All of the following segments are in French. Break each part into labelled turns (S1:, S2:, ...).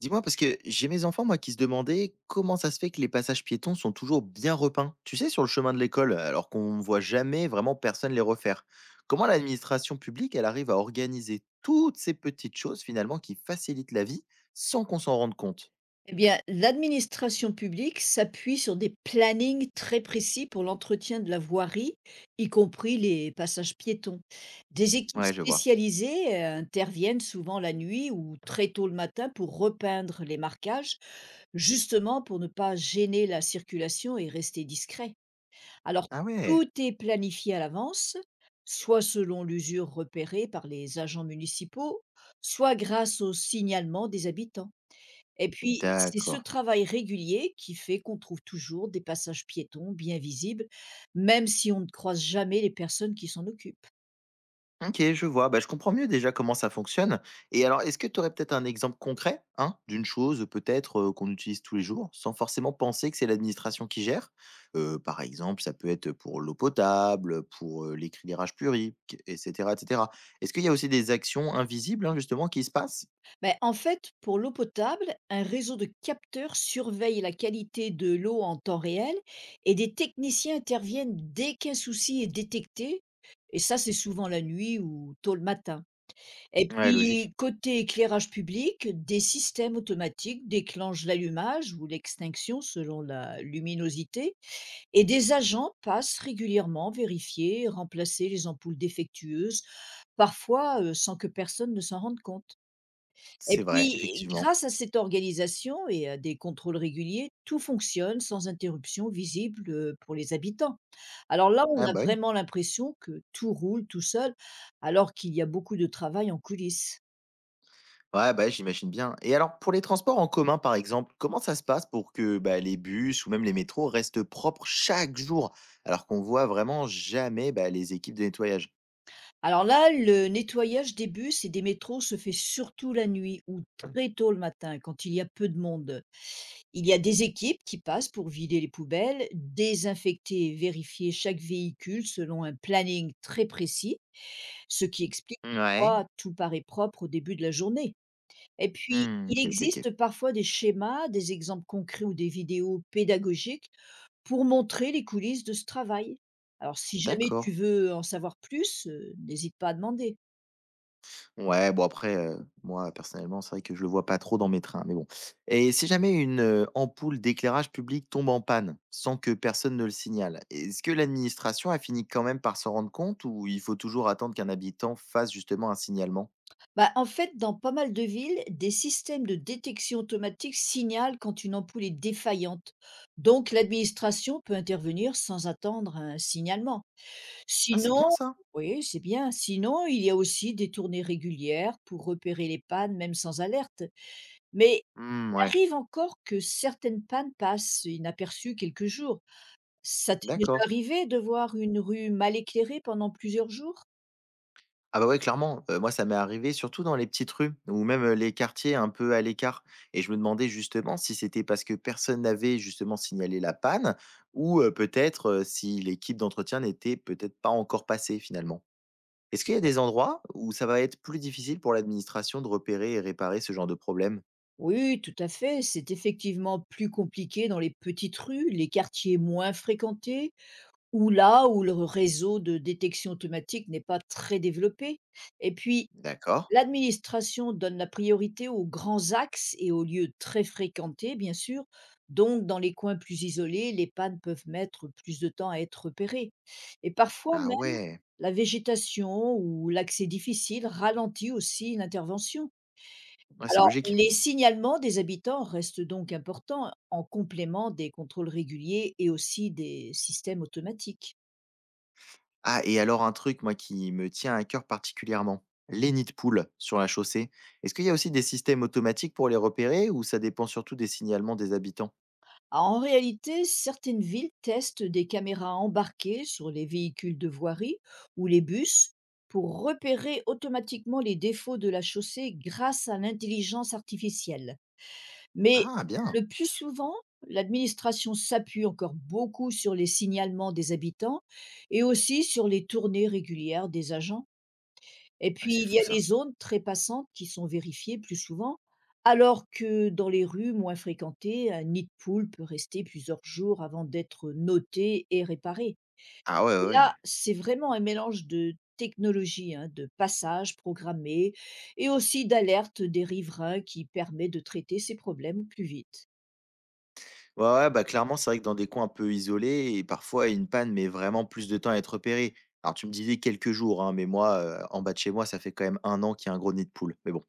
S1: Dis-moi, parce que j'ai mes enfants, moi, qui se demandaient comment ça se fait que les passages piétons sont toujours bien repeints, tu sais, sur le chemin de l'école, alors qu'on ne voit jamais vraiment personne les refaire. Comment l'administration publique, elle arrive à organiser toutes ces petites choses, finalement, qui facilitent la vie sans qu'on s'en rende compte.
S2: Eh bien, l'administration publique s'appuie sur des plannings très précis pour l'entretien de la voirie, y compris les passages piétons. Des équipes
S1: Ouais, je vois.
S2: spécialisées interviennent souvent la nuit ou très tôt le matin pour repeindre les marquages, justement pour ne pas gêner la circulation et rester discret. Alors,
S1: Ah ouais,
S2: tout est planifié à l'avance, soit selon l'usure repérée par les agents municipaux, soit grâce au signalement des habitants. Et puis, c'est ce
S1: d'accord.
S2: travail régulier qui fait qu'on trouve toujours des passages piétons bien visibles, même si on ne croise jamais les personnes qui s'en occupent.
S1: OK, je vois. Bah, je comprends mieux déjà comment ça fonctionne. Et alors, est-ce que tu aurais peut-être un exemple concret, hein, d'une chose peut-être qu'on utilise tous les jours, sans forcément penser que c'est l'administration qui gère? Par exemple, ça peut être pour l'eau potable, pour l'éclairage public, etc., etc. Est-ce qu'il y a aussi des actions invisibles, hein, justement, qui se passent?
S2: Mais en fait, pour l'eau potable, un réseau de capteurs surveille la qualité de l'eau en temps réel et des techniciens interviennent dès qu'un souci est détecté. Et ça, c'est souvent la nuit ou tôt le matin. Et
S1: Ouais, logique.
S2: puis, côté éclairage public, des systèmes automatiques déclenchent l'allumage ou l'extinction selon la luminosité. Et des agents passent régulièrement vérifier et remplacer les ampoules défectueuses, parfois sans que personne ne s'en rende compte. Et
S1: C'est vrai,
S2: puis,
S1: effectivement.
S2: grâce à cette organisation et à des contrôles réguliers, tout fonctionne sans interruption visible, pour les habitants. Alors là, on
S1: Ah
S2: a
S1: bah oui.
S2: vraiment l'impression que tout roule tout seul, alors qu'il y a beaucoup de travail en coulisses.
S1: Ouais, bah, j'imagine bien. Et alors, pour les transports en commun, par exemple, comment ça se passe pour que bah, les bus ou même les métros restent propres chaque jour, alors qu'on voit vraiment jamais bah, les équipes de nettoyage?
S2: Alors là, le nettoyage des bus et des métros se fait surtout la nuit ou très tôt le matin quand il y a peu de monde. Il y a des équipes qui passent pour vider les poubelles, désinfecter et vérifier chaque véhicule selon un planning très précis, ce qui explique
S1: Ouais.
S2: pourquoi tout paraît propre au début de la journée. Et puis,
S1: Hmm,
S2: il
S1: ok, ok, ok.
S2: existe parfois des schémas, des exemples concrets ou des vidéos pédagogiques pour montrer les coulisses de ce travail. Alors, si jamais
S1: D'accord.
S2: tu veux en savoir plus, n'hésite pas à demander.
S1: Ouais, bon après, moi personnellement, c'est vrai que je le vois pas trop dans mes trains, mais bon. Et si jamais une ampoule d'éclairage public tombe en panne, sans que personne ne le signale, est-ce que l'administration a fini quand même par s'en rendre compte ou il faut toujours attendre qu'un habitant fasse justement un signalement?
S2: Bah, en fait, dans pas mal de villes, des systèmes de détection automatique signalent quand une ampoule est défaillante. Donc, l'administration peut intervenir sans attendre un signalement.
S1: Ah, c'est
S2: Sinon,
S1: bien ça.
S2: oui, c'est bien. Sinon, il y a aussi des tournées régulières pour repérer les pannes, même sans alerte. Mais
S1: Mmh,
S2: il
S1: ouais,
S2: arrive encore que certaines pannes passent inaperçues quelques jours. Ça t'est déjà
S1: d'accord.
S2: arrivé de voir une rue mal éclairée pendant plusieurs jours?
S1: Ah bah, ouais, clairement, moi, ça m'est arrivé surtout dans les petites rues ou même, les quartiers un peu à l'écart et je me demandais justement si c'était parce que personne n'avait justement signalé la panne ou, peut-être, si l'équipe d'entretien n'était peut-être pas encore passée finalement. Est-ce qu'il y a des endroits où ça va être plus difficile pour l'administration de repérer et réparer ce genre de problème?
S2: Oui, tout à fait. C'est effectivement plus compliqué dans les petites rues, les quartiers moins fréquentés, ou là où le réseau de détection automatique n'est pas très développé. Et puis,
S1: D'accord.
S2: l'administration donne la priorité aux grands axes et aux lieux très fréquentés, bien sûr. Donc, dans les coins plus isolés, les pannes peuvent mettre plus de temps à être repérées. Et parfois
S1: Ah
S2: même,
S1: ouais,
S2: la végétation ou l'accès difficile ralentit aussi l'intervention.
S1: ouais, c'est
S2: Alors,
S1: logique.
S2: les signalements des habitants restent donc importants en complément des contrôles réguliers et aussi des systèmes automatiques.
S1: Ah et alors un truc moi qui me tient à cœur particulièrement, les nids de poules sur la chaussée. Est-ce qu'il y a aussi des systèmes automatiques pour les repérer ou ça dépend surtout des signalements des habitants?
S2: Ah, en réalité, certaines villes testent des caméras embarquées sur les véhicules de voirie ou les bus pour repérer automatiquement les défauts de la chaussée grâce à l'intelligence artificielle. Mais
S1: Ah bien.
S2: le plus souvent, l'administration s'appuie encore beaucoup sur les signalements des habitants et aussi sur les tournées régulières des agents. Et
S1: Ouais,
S2: puis,
S1: c'est
S2: il y
S1: fou
S2: a les
S1: ça.
S2: zones très passantes qui sont vérifiées plus souvent, alors que dans les rues moins fréquentées, un nid de poule peut rester plusieurs jours avant d'être noté et réparé.
S1: Ah ouais,
S2: Et
S1: ouais,
S2: là,
S1: ouais.
S2: c'est vraiment un mélange de technologies, hein, de passages programmés et aussi d'alerte des riverains qui permet de traiter ces problèmes plus vite.
S1: Ouais, ouais, bah clairement, c'est vrai que dans des coins un peu isolés, et parfois une panne met vraiment plus de temps à être repérée. Alors tu me disais quelques jours, hein, mais moi, en bas de chez moi, ça fait quand même un an qu'il y a un gros nid de poule. Mais bon.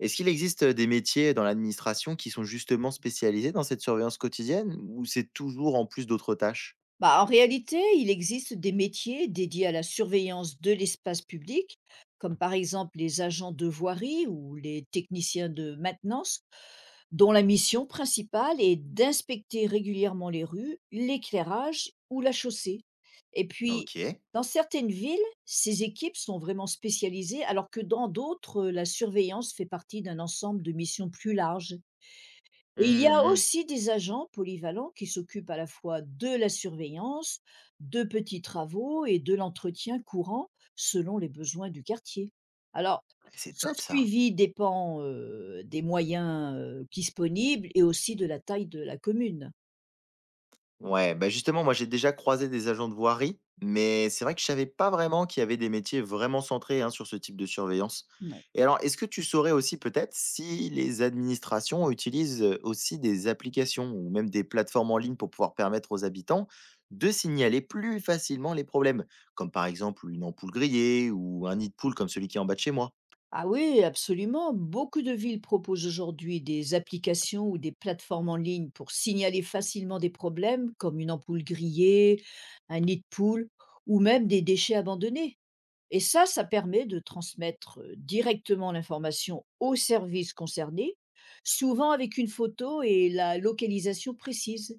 S1: Est-ce qu'il existe des métiers dans l'administration qui sont justement spécialisés dans cette surveillance quotidienne, ou c'est toujours en plus d'autres tâches?
S2: Bah, en réalité, il existe des métiers dédiés à la surveillance de l'espace public, comme par exemple les agents de voirie ou les techniciens de maintenance, dont la mission principale est d'inspecter régulièrement les rues, l'éclairage ou la chaussée. Et puis,
S1: OK.
S2: dans certaines villes, ces équipes sont vraiment spécialisées, alors que dans d'autres, la surveillance fait partie d'un ensemble de missions plus larges. Et il y
S1: Mmh
S2: a
S1: mh.
S2: aussi des agents polyvalents qui s'occupent à la fois de la surveillance, de petits travaux et de l'entretien courant selon les besoins du quartier. Alors,
S1: C'est
S2: ce
S1: top ça.
S2: suivi dépend des moyens disponibles et aussi de la taille de la commune.
S1: Ouais, bah, justement, moi j'ai déjà croisé des agents de voirie, mais c'est vrai que je savais pas vraiment qu'il y avait des métiers vraiment centrés, hein, sur ce type de surveillance.
S2: Ouais.
S1: Et alors, est-ce que tu saurais aussi peut-être si les administrations utilisent, aussi des applications ou même des plateformes en ligne pour pouvoir permettre aux habitants de signaler plus facilement les problèmes? Comme par exemple une ampoule grillée ou un nid de poule comme celui qui est en bas de chez moi?
S2: Ah oui, absolument. Beaucoup de villes proposent aujourd'hui des applications ou des plateformes en ligne pour signaler facilement des problèmes comme une ampoule grillée, un nid de poule ou même des déchets abandonnés. Et ça permet de transmettre, directement l'information aux services concernés, souvent avec une photo et la localisation précise.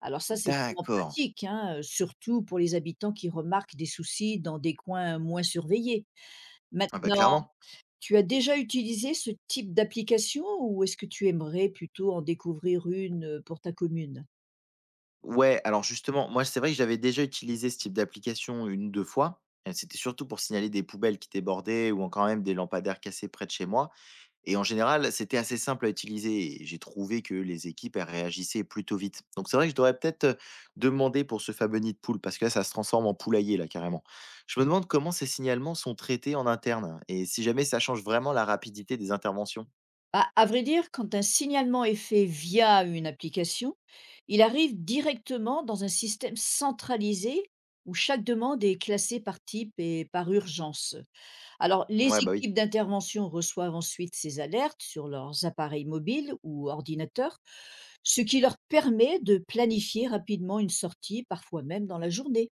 S2: Alors ça, c'est vraiment
S1: D'accord.
S2: pratique, hein, surtout pour les habitants qui remarquent des soucis dans des coins moins surveillés.
S1: Ah bah,
S2: Maintenant,
S1: clairement.
S2: tu as déjà utilisé ce type d'application ou est-ce que tu aimerais plutôt en découvrir une, pour ta commune?
S1: Ouais, alors justement, moi, c'est vrai que j'avais déjà utilisé ce type d'application une ou 2 fois. C'était surtout pour signaler des poubelles qui débordaient ou encore même des lampadaires cassés près de chez moi et en général, c'était assez simple à utiliser et j'ai trouvé que les équipes, elles réagissaient plutôt vite. Donc c'est vrai que je devrais peut-être demander pour ce fameux nid de poule parce que là, ça se transforme en poulailler, là, carrément. Je me demande comment ces signalements sont traités en interne et si jamais ça change vraiment la rapidité des interventions?
S2: À vrai dire, quand un signalement est fait via une application, il arrive directement dans un système centralisé où chaque demande est classée par type et par urgence. Alors, les
S1: Ouais, bah, oui.
S2: équipes d'intervention reçoivent ensuite ces alertes sur leurs appareils mobiles ou ordinateurs, ce qui leur permet de planifier rapidement une sortie, parfois même dans la journée.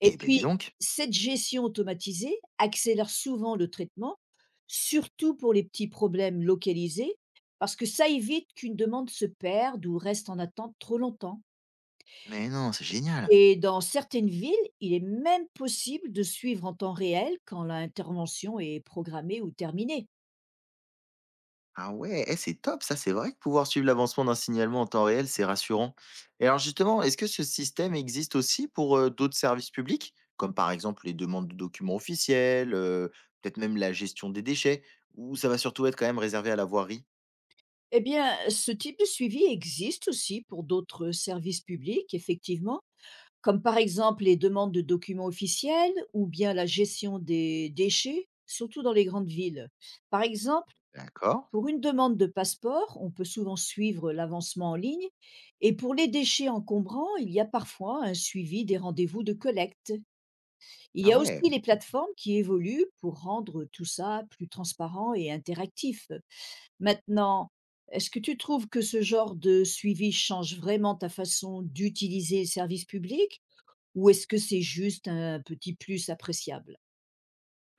S2: Et
S1: Eh ben dis
S2: puis,
S1: donc!
S2: cette gestion automatisée accélère souvent le traitement, surtout pour les petits problèmes localisés, parce que ça évite qu'une demande se perde ou reste en attente trop longtemps.
S1: Mais non, c'est génial!
S2: Et dans certaines villes, il est même possible de suivre en temps réel quand l'intervention est programmée ou terminée.
S1: Ah ouais, eh, c'est top ça, c'est vrai que pouvoir suivre l'avancement d'un signalement en temps réel, c'est rassurant. Et alors justement, est-ce que ce système existe aussi pour d'autres services publics, comme par exemple les demandes de documents officiels, peut-être même la gestion des déchets, ou ça va surtout être quand même réservé à la voirie?
S2: Eh bien, ce type de suivi existe aussi pour d'autres services publics, effectivement, comme par exemple les demandes de documents officiels ou bien la gestion des déchets, surtout dans les grandes villes. Par exemple,
S1: D'accord.
S2: pour une demande de passeport, on peut souvent suivre l'avancement en ligne et pour les déchets encombrants, il y a parfois un suivi des rendez-vous de collecte. Il
S1: Ah
S2: y a
S1: ouais.
S2: aussi les plateformes qui évoluent pour rendre tout ça plus transparent et interactif. Maintenant, est-ce que tu trouves que ce genre de suivi change vraiment ta façon d'utiliser les services publics ou est-ce que c'est juste un petit plus appréciable?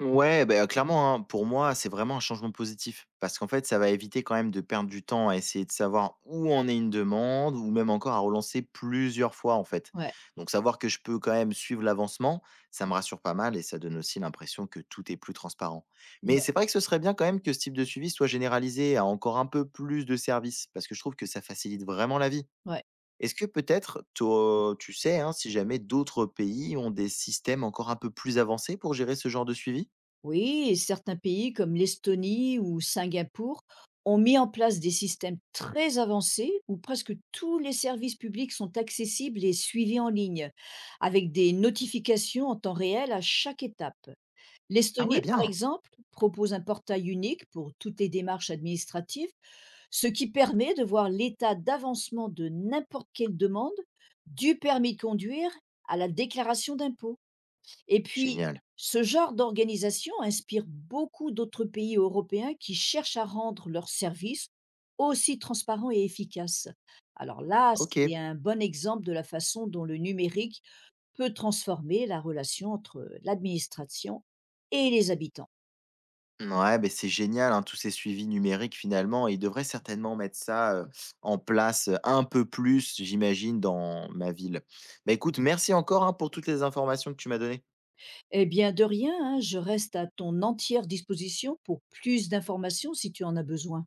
S1: Ouais, bah, clairement, hein, pour moi, c'est vraiment un changement positif parce qu'en fait, ça va éviter quand même de perdre du temps à essayer de savoir où en est une demande ou même encore à relancer plusieurs fois, en fait.
S2: Ouais,
S1: Donc savoir que je peux quand même suivre l'avancement, ça me rassure pas mal et ça donne aussi l'impression que tout est plus transparent. Mais
S2: ouais,
S1: c'est vrai que ce serait bien quand même que ce type de suivi soit généralisé à encore un peu plus de services parce que je trouve que ça facilite vraiment la vie.
S2: ouais.
S1: Est-ce que peut-être to tu sais, hein, si jamais d'autres pays ont des systèmes encore un peu plus avancés pour gérer ce genre de suivi?
S2: Oui, et certains pays comme l'Estonie ou Singapour ont mis en place des systèmes très avancés où presque tous les services publics sont accessibles et suivis en ligne, avec des notifications en temps réel à chaque étape.
S1: Ah ouais,
S2: L'Estonie, par
S1: bien.
S2: exemple, propose un portail unique pour toutes les démarches administratives, ce qui permet de voir l'état d'avancement de n'importe quelle demande, du permis de conduire à la déclaration d'impôt. Et puis,
S1: Génial.
S2: ce genre d'organisation inspire beaucoup d'autres pays européens qui cherchent à rendre leurs services aussi transparents et efficaces. Alors là,
S1: OK.
S2: c'est un bon exemple de la façon dont le numérique peut transformer la relation entre l'administration et les habitants.
S1: Ouais, ben c'est génial, hein, tous ces suivis numériques finalement et ils devraient certainement mettre ça, en place, un peu plus, j'imagine, dans ma ville. Bah, écoute, merci encore, hein, pour toutes les informations que tu m'as données.
S2: Eh bien, de rien, hein, je reste à ton entière disposition pour plus d'informations si tu en as besoin.